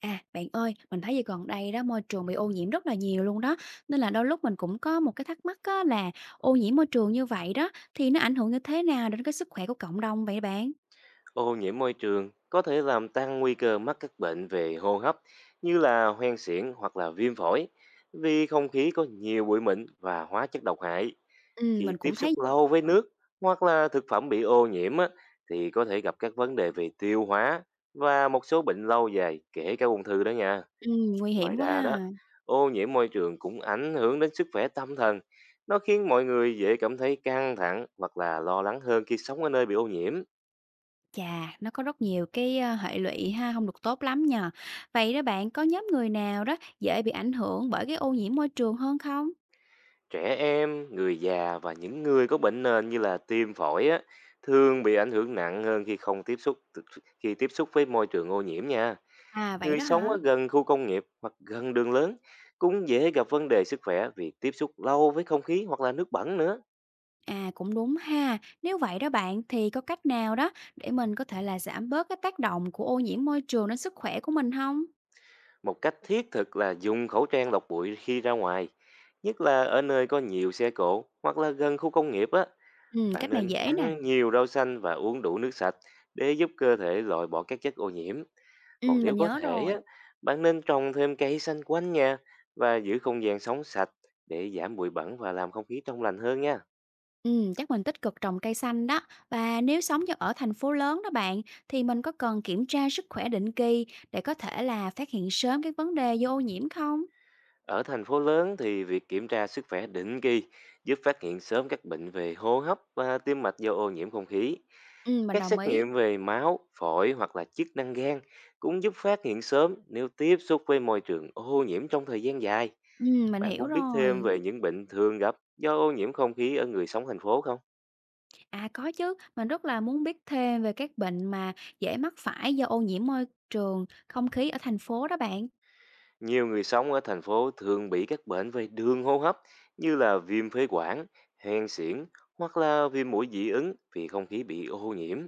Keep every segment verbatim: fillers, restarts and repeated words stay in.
À, bạn ơi, mình thấy giờ gần đây đó môi trường bị ô nhiễm rất là nhiều luôn đó. Nên là đôi lúc mình cũng có một cái thắc mắc á, là ô nhiễm môi trường như vậy đó thì nó ảnh hưởng như thế nào đến cái sức khỏe của cộng đồng vậy bạn? Ô nhiễm môi trường có thể làm tăng nguy cơ mắc các bệnh về hô hấp như là hoen suyễn hoặc là viêm phổi, vì không khí có nhiều bụi mịn và hóa chất độc hại. Ừm, Khi mình tiếp cũng thấy. xúc lâu với nước hoặc là thực phẩm bị ô nhiễm á, thì có thể gặp các vấn đề về tiêu hóa và một số bệnh lâu dài, kể cả ung thư đó nha. Ừm, nguy Ngoài hiểm quá ra đó, ha. ô nhiễm môi trường cũng ảnh hưởng đến sức khỏe tâm thần. Nó khiến mọi người dễ cảm thấy căng thẳng hoặc là lo lắng hơn khi sống ở nơi bị ô nhiễm. Chà, nó có rất nhiều cái ờ, hệ lụy ha, không được tốt lắm nhờ. Vậy đó bạn, có nhóm người nào đó dễ bị ảnh hưởng bởi cái ô nhiễm môi trường hơn không? Trẻ em, người già và những người có bệnh nền như là tim phổi á, thường bị ảnh hưởng nặng hơn khi không tiếp xúc khi tiếp xúc với môi trường ô nhiễm nha. À vậy Người đó sống hả? ở gần khu công nghiệp hoặc gần đường lớn cũng dễ gặp vấn đề sức khỏe vì tiếp xúc lâu với không khí hoặc là nước bẩn nữa. À, cũng đúng ha. Nếu vậy đó bạn thì có cách nào đó để mình có thể là giảm bớt cái tác động của ô nhiễm môi trường đến sức khỏe của mình không? Một cách thiết thực là dùng khẩu trang lọc bụi khi ra ngoài, nhất là ở nơi có nhiều xe cộ hoặc là gần khu công nghiệp á. Ừm, Bạn cách này nên dễ nè. ăn nhiều rau xanh và uống đủ nước sạch để giúp cơ thể loại bỏ các chất ô nhiễm. Còn Ừm, nếu mình có nhớ thể rồi. á, bạn nên trồng thêm cây xanh quanh nhà và giữ không gian sống sạch để giảm bụi bẩn và làm không khí trong lành hơn nha. Ừm, chắc mình tích cực trồng cây xanh đó. Và nếu sống cho ở thành phố lớn đó bạn, thì mình có cần kiểm tra sức khỏe định kỳ để có thể là phát hiện sớm cái vấn đề do ô nhiễm không? Ở thành phố lớn thì việc kiểm tra sức khỏe định kỳ giúp phát hiện sớm các bệnh về hô hấp và tim mạch do ô nhiễm không khí. Ừm, mình Các đồng xét ý. nghiệm về máu, phổi hoặc là chức năng gan cũng giúp phát hiện sớm nếu tiếp xúc với môi trường ô nhiễm trong thời gian dài. Ừm, mình Bạn hiểu muốn biết thêm rồi. về những bệnh thường gặp do ô nhiễm không khí ở người sống thành phố không? À, có chứ, mình rất là muốn biết thêm về các bệnh mà dễ mắc phải do ô nhiễm môi trường, không khí ở thành phố đó bạn. Nhiều người sống ở thành phố thường bị các bệnh về đường hô hấp như là viêm phế quản, hen suyễn hoặc là viêm mũi dị ứng vì không khí bị ô nhiễm.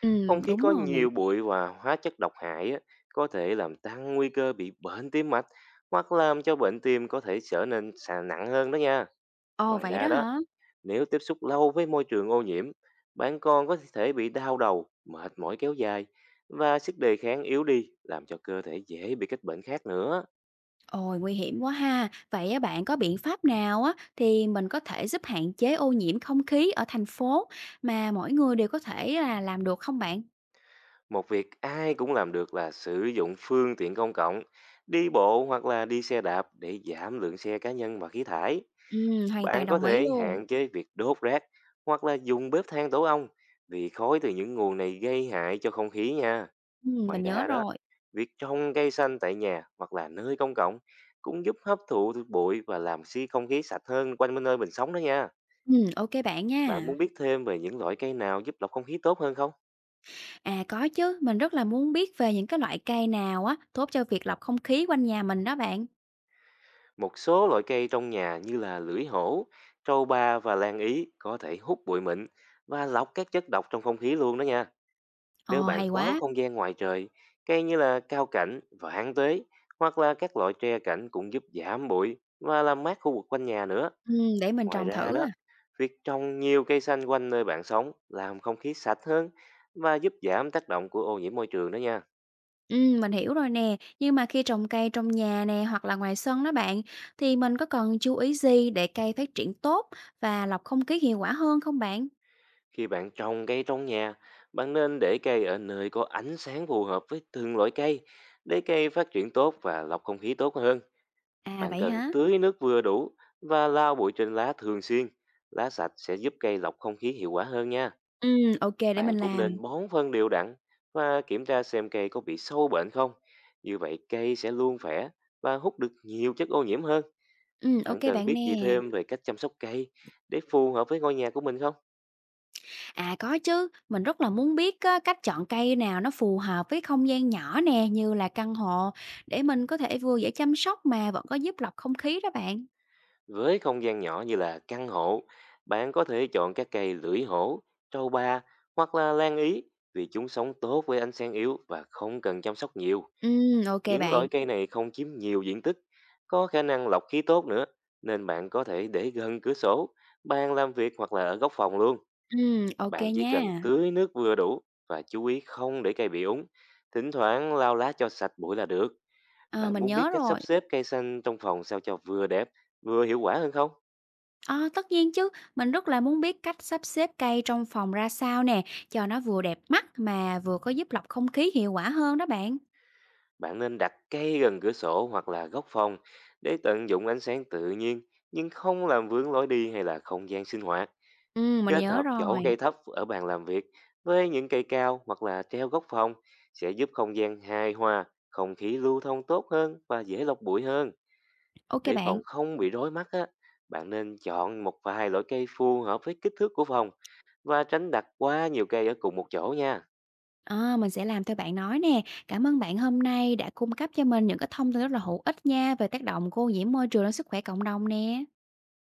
Ừ Không khí đúng có rồi. nhiều bụi và hóa chất độc hại á, có thể làm tăng nguy cơ bị bệnh tim mạch hoặc làm cho bệnh tim có thể trở nên sà- nặng hơn đó nha. Ồ, Ngoài vậy ra đó đó, hả? nếu tiếp xúc lâu với môi trường ô nhiễm, bạn còn có thể bị đau đầu, mệt mỏi kéo dài và sức đề kháng yếu đi, làm cho cơ thể dễ bị các bệnh khác nữa. Ôi, nguy hiểm quá ha. Vậy á, bạn có biện pháp nào á thì mình có thể giúp hạn chế ô nhiễm không khí ở thành phố mà mỗi người đều có thể là làm được không bạn? Một việc ai cũng làm được là sử dụng phương tiện công cộng, đi bộ hoặc là đi xe đạp để giảm lượng xe cá nhân và khí thải. Ừ hoàn Bạn toàn có đồng ý thể luôn. hạn chế việc đốt rác hoặc là dùng bếp than tổ ong, vì khói từ những nguồn này gây hại cho không khí nha. Ừ Ngoài mình nhớ ra đó, rồi. việc trồng cây xanh tại nhà hoặc là nơi công cộng cũng giúp hấp thụ được bụi và làm xi không khí sạch hơn quanh nơi mình sống đó nha. Ừ ok bạn Bạn nha. muốn biết thêm về những loại cây nào giúp lọc không khí tốt hơn không? À có chứ, mình rất là muốn biết về những cái loại cây nào á tốt cho việc lọc không khí quanh nhà mình đó bạn. Một số loại cây trong nhà như là lưỡi hổ, trâu ba và lan ý có thể hút bụi mịn và lọc các chất độc trong không khí luôn đó nha. Nếu Ồ, bạn hay có quá! không gian ngoài trời, cây như là cao cảnh, vạn tuế hoặc là các loại tre cảnh cũng giúp giảm bụi và làm mát khu vực quanh nhà nữa. Ừm, để mình Ngoài trồng ra thử đó, à. việc trồng nhiều cây xanh quanh nơi bạn sống làm không khí sạch hơn và giúp giảm tác động của ô nhiễm môi trường đó nha. Ừm, mình hiểu rồi nè, nhưng mà khi trồng cây trong nhà nè hoặc là ngoài sân đó bạn, thì mình có cần chú ý gì để cây phát triển tốt và lọc không khí hiệu quả hơn không bạn? Khi bạn trồng cây trong nhà, bạn nên để cây ở nơi có ánh sáng phù hợp với từng loại cây để cây phát triển tốt và lọc không khí tốt hơn. À, Bạn vậy cần hả? tưới nước vừa đủ và lau bụi trên lá thường xuyên. Lá sạch sẽ giúp cây lọc không khí hiệu quả hơn nha. Ừm, ok để Bạn mình cũng nên làm. bón phân đều đặn và kiểm tra xem cây có bị sâu bệnh không. Như vậy cây sẽ luôn khỏe và hút được nhiều chất ô nhiễm hơn. Ừm, ok Bạn cần bạn nè. biết gì thêm về cách chăm sóc cây để phù hợp với ngôi nhà của mình không? À, có chứ, mình rất là muốn biết á cách chọn cây nào nó phù hợp với không gian nhỏ nè, như là căn hộ, để mình có thể vừa dễ chăm sóc mà vẫn có giúp lọc không khí đó bạn. Với không gian nhỏ như là căn hộ, bạn có thể chọn các cây lưỡi hổ, trâu ba hoặc là lan ý, vì chúng sống tốt với ánh sáng yếu và không cần chăm sóc nhiều. Ừm, ok Những loại bạn. cây này không chiếm nhiều diện tích, có khả năng lọc khí tốt nữa, nên bạn có thể để gần cửa sổ, bàn làm việc hoặc là ở góc phòng luôn. Ừm, ok Bạn chỉ cần nha. tưới nước vừa đủ và chú ý không để cây bị úng. Thỉnh thoảng lau lá cho sạch bụi là được. Ờ, Bạn mình muốn biết nhớ cách sắp rồi. xếp cây xanh trong phòng sao cho vừa đẹp, vừa hiệu quả hơn không? Ờ, tất nhiên chứ, mình rất là muốn biết cách sắp xếp cây trong phòng ra sao nè, cho nó vừa đẹp mắt mà vừa có giúp lọc không khí hiệu quả hơn đó bạn. Bạn nên đặt cây gần cửa sổ hoặc là góc phòng để tận dụng ánh sáng tự nhiên, nhưng không làm vướng lối đi hay là không gian sinh hoạt. Ừ, mình Kết nhớ hợp chỗ cây rồi. thấp ở bàn làm việc với những cây cao hoặc là treo góc phòng sẽ giúp không gian hài hòa, không khí lưu thông tốt hơn và dễ lọc bụi hơn. Ok Để bạn. phòng không bị rối mắt á, bạn nên chọn một vài loại cây phù hợp với kích thước của phòng và tránh đặt quá nhiều cây ở cùng một chỗ nha. Ờ, mình sẽ làm theo bạn nói nè. Cảm ơn bạn hôm nay đã cung cấp cho mình những cái thông tin rất là hữu ích nha về tác động của ô nhiễm môi trường đến sức khỏe cộng đồng nè.